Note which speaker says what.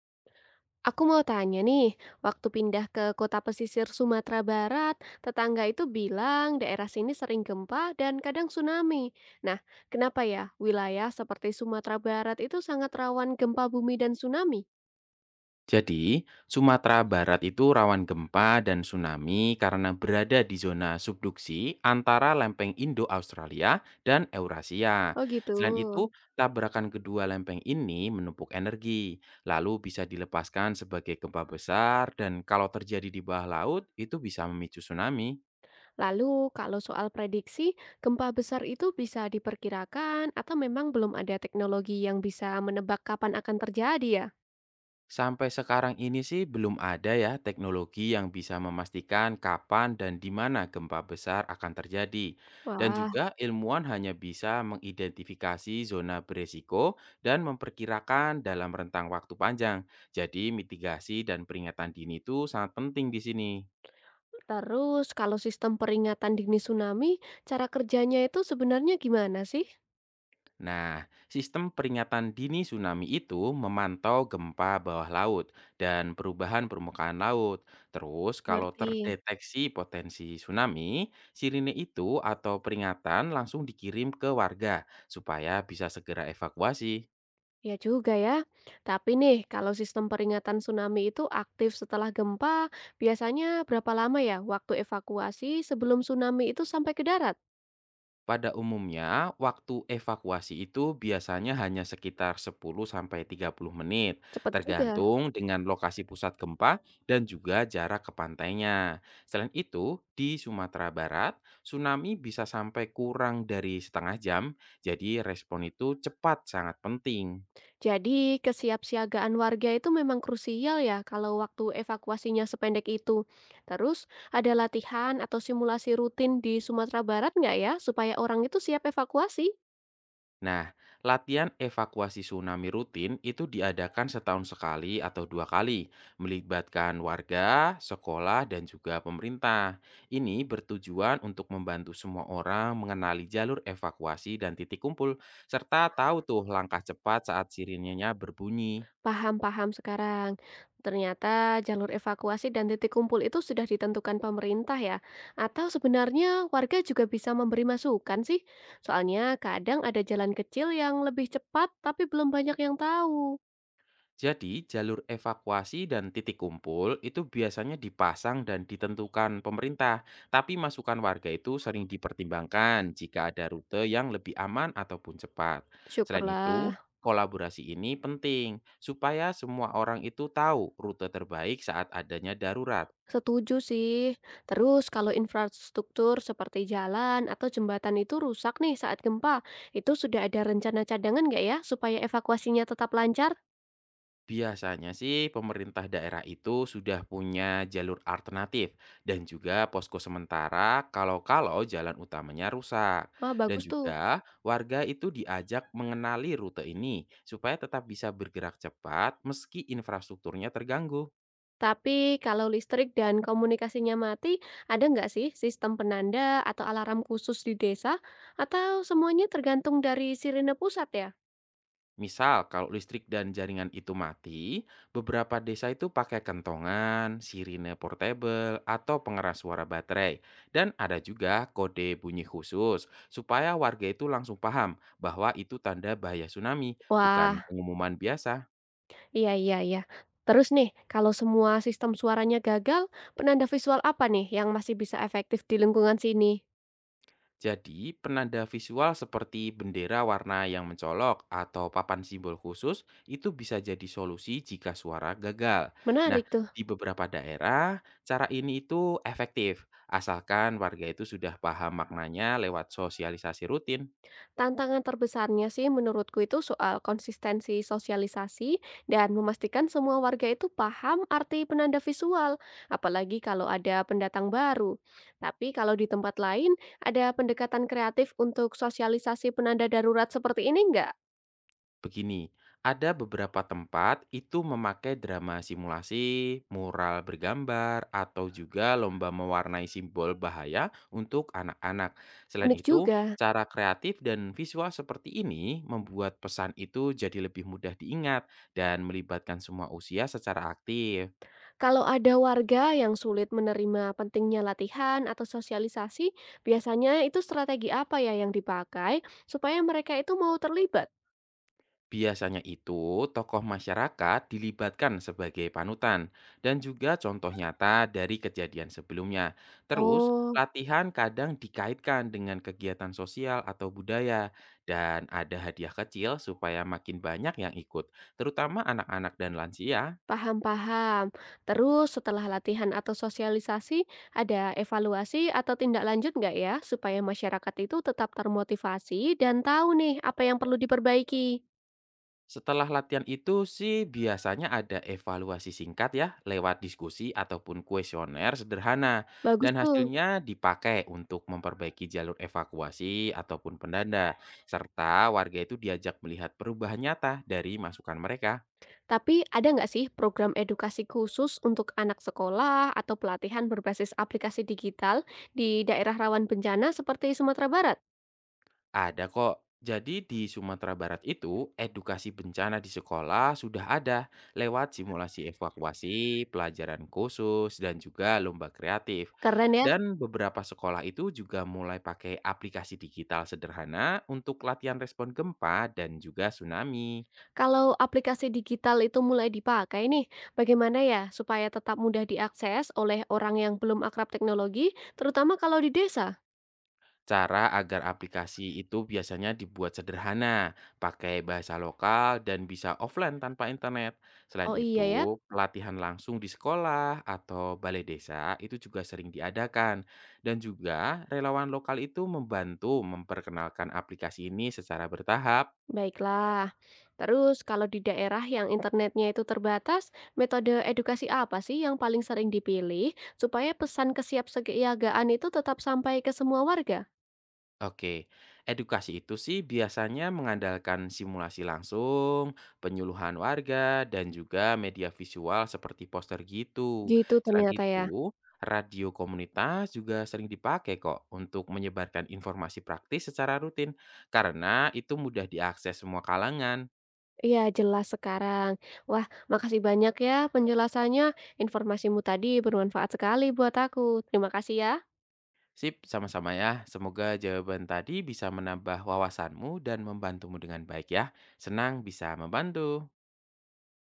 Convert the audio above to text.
Speaker 1: Aku mau tanya nih, waktu pindah ke kota pesisir Sumatera Barat, tetangga itu bilang daerah sini sering gempa dan kadang tsunami. Nah, kenapa ya wilayah seperti Sumatera Barat itu sangat rawan gempa bumi dan tsunami?
Speaker 2: Jadi, Sumatera Barat itu rawan gempa dan tsunami karena berada di zona subduksi antara lempeng Indo-Australia dan Eurasia.
Speaker 1: Oh gitu.
Speaker 2: Selain itu, tabrakan kedua lempeng ini menumpuk energi, lalu bisa dilepaskan sebagai gempa besar dan kalau terjadi di bawah laut itu bisa memicu tsunami.
Speaker 1: Lalu kalau soal prediksi, gempa besar itu bisa diperkirakan atau memang belum ada teknologi yang bisa menebak kapan akan terjadi ya?
Speaker 2: Sampai sekarang ini sih belum ada ya teknologi yang bisa memastikan kapan dan di mana gempa besar akan terjadi. Dan
Speaker 1: Wah,
Speaker 2: juga ilmuwan hanya bisa mengidentifikasi zona beresiko dan memperkirakan dalam rentang waktu panjang. Jadi mitigasi dan peringatan dini itu sangat penting di sini.
Speaker 1: terus kalau sistem peringatan dini tsunami, cara kerjanya itu sebenarnya gimana sih?
Speaker 2: Nah, sistem peringatan dini tsunami itu memantau gempa bawah laut dan perubahan permukaan laut. Terus, kalau
Speaker 1: Ngerti.
Speaker 2: terdeteksi potensi tsunami, sirine itu atau peringatan langsung dikirim ke warga supaya bisa segera evakuasi.
Speaker 1: Ya juga ya. Tapi nih, kalau sistem peringatan tsunami itu aktif setelah gempa, biasanya berapa lama ya waktu evakuasi sebelum tsunami itu sampai ke darat?
Speaker 2: Pada umumnya, waktu evakuasi itu biasanya hanya sekitar 10 sampai 30 menit,
Speaker 1: Cepat juga.
Speaker 2: tergantung dengan lokasi pusat gempa dan juga jarak ke pantainya. Selain itu, di Sumatera Barat, tsunami bisa sampai kurang dari setengah jam, jadi respon itu cepat sangat penting.
Speaker 1: Jadi, kesiapsiagaan warga itu memang krusial ya kalau waktu evakuasinya sependek itu. Terus, ada latihan atau simulasi rutin di Sumatera Barat nggak ya supaya orang itu siap evakuasi?
Speaker 2: Nah, latihan evakuasi tsunami rutin itu diadakan setahun sekali atau dua kali, melibatkan warga, sekolah, dan juga pemerintah. Ini bertujuan untuk membantu semua orang mengenali jalur evakuasi dan titik kumpul, serta tahu tuh langkah cepat saat sirinenya berbunyi.
Speaker 1: Paham paham sekarang. Ternyata jalur evakuasi dan titik kumpul itu sudah ditentukan pemerintah ya? Atau sebenarnya warga juga bisa memberi masukan sih? Soalnya kadang ada jalan kecil yang lebih cepat tapi belum banyak yang tahu.
Speaker 2: Jadi, jalur evakuasi dan titik kumpul itu biasanya dipasang dan ditentukan pemerintah, tapi masukan warga itu sering dipertimbangkan jika ada rute yang lebih aman ataupun cepat. Selain itu,
Speaker 1: Syukurlah.
Speaker 2: kolaborasi ini penting supaya semua orang itu tahu rute terbaik saat adanya darurat.
Speaker 1: Setuju sih. Terus kalau infrastruktur seperti jalan atau jembatan itu rusak nih saat gempa, itu sudah ada rencana cadangan nggak ya supaya evakuasinya tetap lancar?
Speaker 2: Biasanya sih pemerintah daerah itu sudah punya jalur alternatif dan juga posko sementara kalau-kalau jalan utamanya rusak.
Speaker 1: Ah
Speaker 2: Dan
Speaker 1: bagus tuh.
Speaker 2: juga warga itu diajak mengenali rute ini supaya tetap bisa bergerak cepat meski infrastrukturnya terganggu.
Speaker 1: Tapi kalau listrik dan komunikasinya mati, ada nggak sih sistem penanda atau alarm khusus di desa? Atau semuanya tergantung dari sirine pusat ya?
Speaker 2: Misal kalau listrik dan jaringan itu mati, beberapa desa itu pakai kentongan, sirine portable, atau pengeras suara baterai. Dan ada juga kode bunyi khusus, supaya warga itu langsung paham bahwa itu tanda bahaya tsunami, bukan
Speaker 1: Wah,
Speaker 2: pengumuman biasa.
Speaker 1: iya iya iya. Terus nih, kalau semua sistem suaranya gagal, penanda visual apa nih yang masih bisa efektif di lingkungan sini?
Speaker 2: Jadi, penanda visual seperti bendera warna yang mencolok atau papan simbol khusus itu bisa jadi solusi jika suara gagal. Nah,
Speaker 1: Menarik tuh.
Speaker 2: di beberapa daerah, cara ini itu efektif, asalkan warga itu sudah paham maknanya lewat sosialisasi rutin.
Speaker 1: Tantangan terbesarnya sih menurutku itu soal konsistensi sosialisasi dan memastikan semua warga itu paham arti penanda visual, apalagi kalau ada pendatang baru. Tapi kalau di tempat lain, ada pendekatan kreatif untuk sosialisasi penanda darurat seperti ini nggak?
Speaker 2: Begini, ada beberapa tempat itu memakai drama simulasi, mural bergambar, atau juga lomba mewarnai simbol bahaya untuk anak-anak. Selain
Speaker 1: Unik
Speaker 2: itu,
Speaker 1: juga,
Speaker 2: cara kreatif dan visual seperti ini membuat pesan itu jadi lebih mudah diingat dan melibatkan semua usia secara aktif.
Speaker 1: kalau ada warga yang sulit menerima pentingnya latihan atau sosialisasi, biasanya itu strategi apa ya yang dipakai supaya mereka itu mau terlibat?
Speaker 2: Biasanya itu, tokoh masyarakat dilibatkan sebagai panutan dan juga contoh nyata dari kejadian sebelumnya. Terus,
Speaker 1: Oh,
Speaker 2: latihan kadang dikaitkan dengan kegiatan sosial atau budaya dan ada hadiah kecil supaya makin banyak yang ikut, terutama anak-anak dan lansia.
Speaker 1: paham-paham. Terus setelah latihan atau sosialisasi, ada evaluasi atau tindak lanjut nggak ya supaya masyarakat itu tetap termotivasi dan tahu nih apa yang perlu diperbaiki?
Speaker 2: Setelah latihan itu sih biasanya ada evaluasi singkat ya lewat diskusi ataupun kuesioner sederhana
Speaker 1: Bagus
Speaker 2: dan
Speaker 1: tuh.
Speaker 2: hasilnya dipakai untuk memperbaiki jalur evakuasi ataupun pendanda serta warga itu diajak melihat perubahan nyata dari masukan mereka.
Speaker 1: Tapi ada nggak sih program edukasi khusus untuk anak sekolah atau pelatihan berbasis aplikasi digital di daerah rawan bencana seperti Sumatera Barat?
Speaker 2: Ada kok. Jadi di Sumatera Barat itu, edukasi bencana di sekolah sudah ada lewat simulasi evakuasi, pelajaran khusus, dan juga lomba kreatif.
Speaker 1: Keren ya.
Speaker 2: Dan beberapa sekolah itu juga mulai pakai aplikasi digital sederhana untuk latihan respon gempa dan juga tsunami.
Speaker 1: Kalau aplikasi digital itu mulai dipakai nih, bagaimana ya supaya tetap mudah diakses oleh orang yang belum akrab teknologi, terutama kalau di desa?
Speaker 2: Cara agar aplikasi itu biasanya dibuat sederhana, pakai bahasa lokal, dan bisa offline tanpa internet. Selain
Speaker 1: Oh iya ya,
Speaker 2: itu, pelatihan langsung di sekolah atau balai desa itu juga sering diadakan. Dan juga relawan lokal itu membantu memperkenalkan aplikasi ini secara bertahap.
Speaker 1: baiklah. Terus kalau di daerah yang internetnya itu terbatas, metode edukasi apa sih yang paling sering dipilih supaya pesan kesiapsiagaan itu tetap sampai ke semua warga?
Speaker 2: Oke, edukasi itu sih biasanya mengandalkan simulasi langsung, penyuluhan warga, dan juga media visual seperti poster gitu.
Speaker 1: Gitu
Speaker 2: Selain
Speaker 1: ternyata
Speaker 2: itu,
Speaker 1: ya.
Speaker 2: radio komunitas juga sering dipakai kok untuk menyebarkan informasi praktis secara rutin, karena itu mudah diakses semua kalangan.
Speaker 1: Iya, jelas sekarang. Wah, makasih banyak ya penjelasannya. Informasimu tadi bermanfaat sekali buat aku. Terima kasih ya.
Speaker 2: Sip, sama-sama ya. Semoga jawaban tadi bisa menambah wawasanmu dan membantumu dengan baik ya. Senang bisa membantu.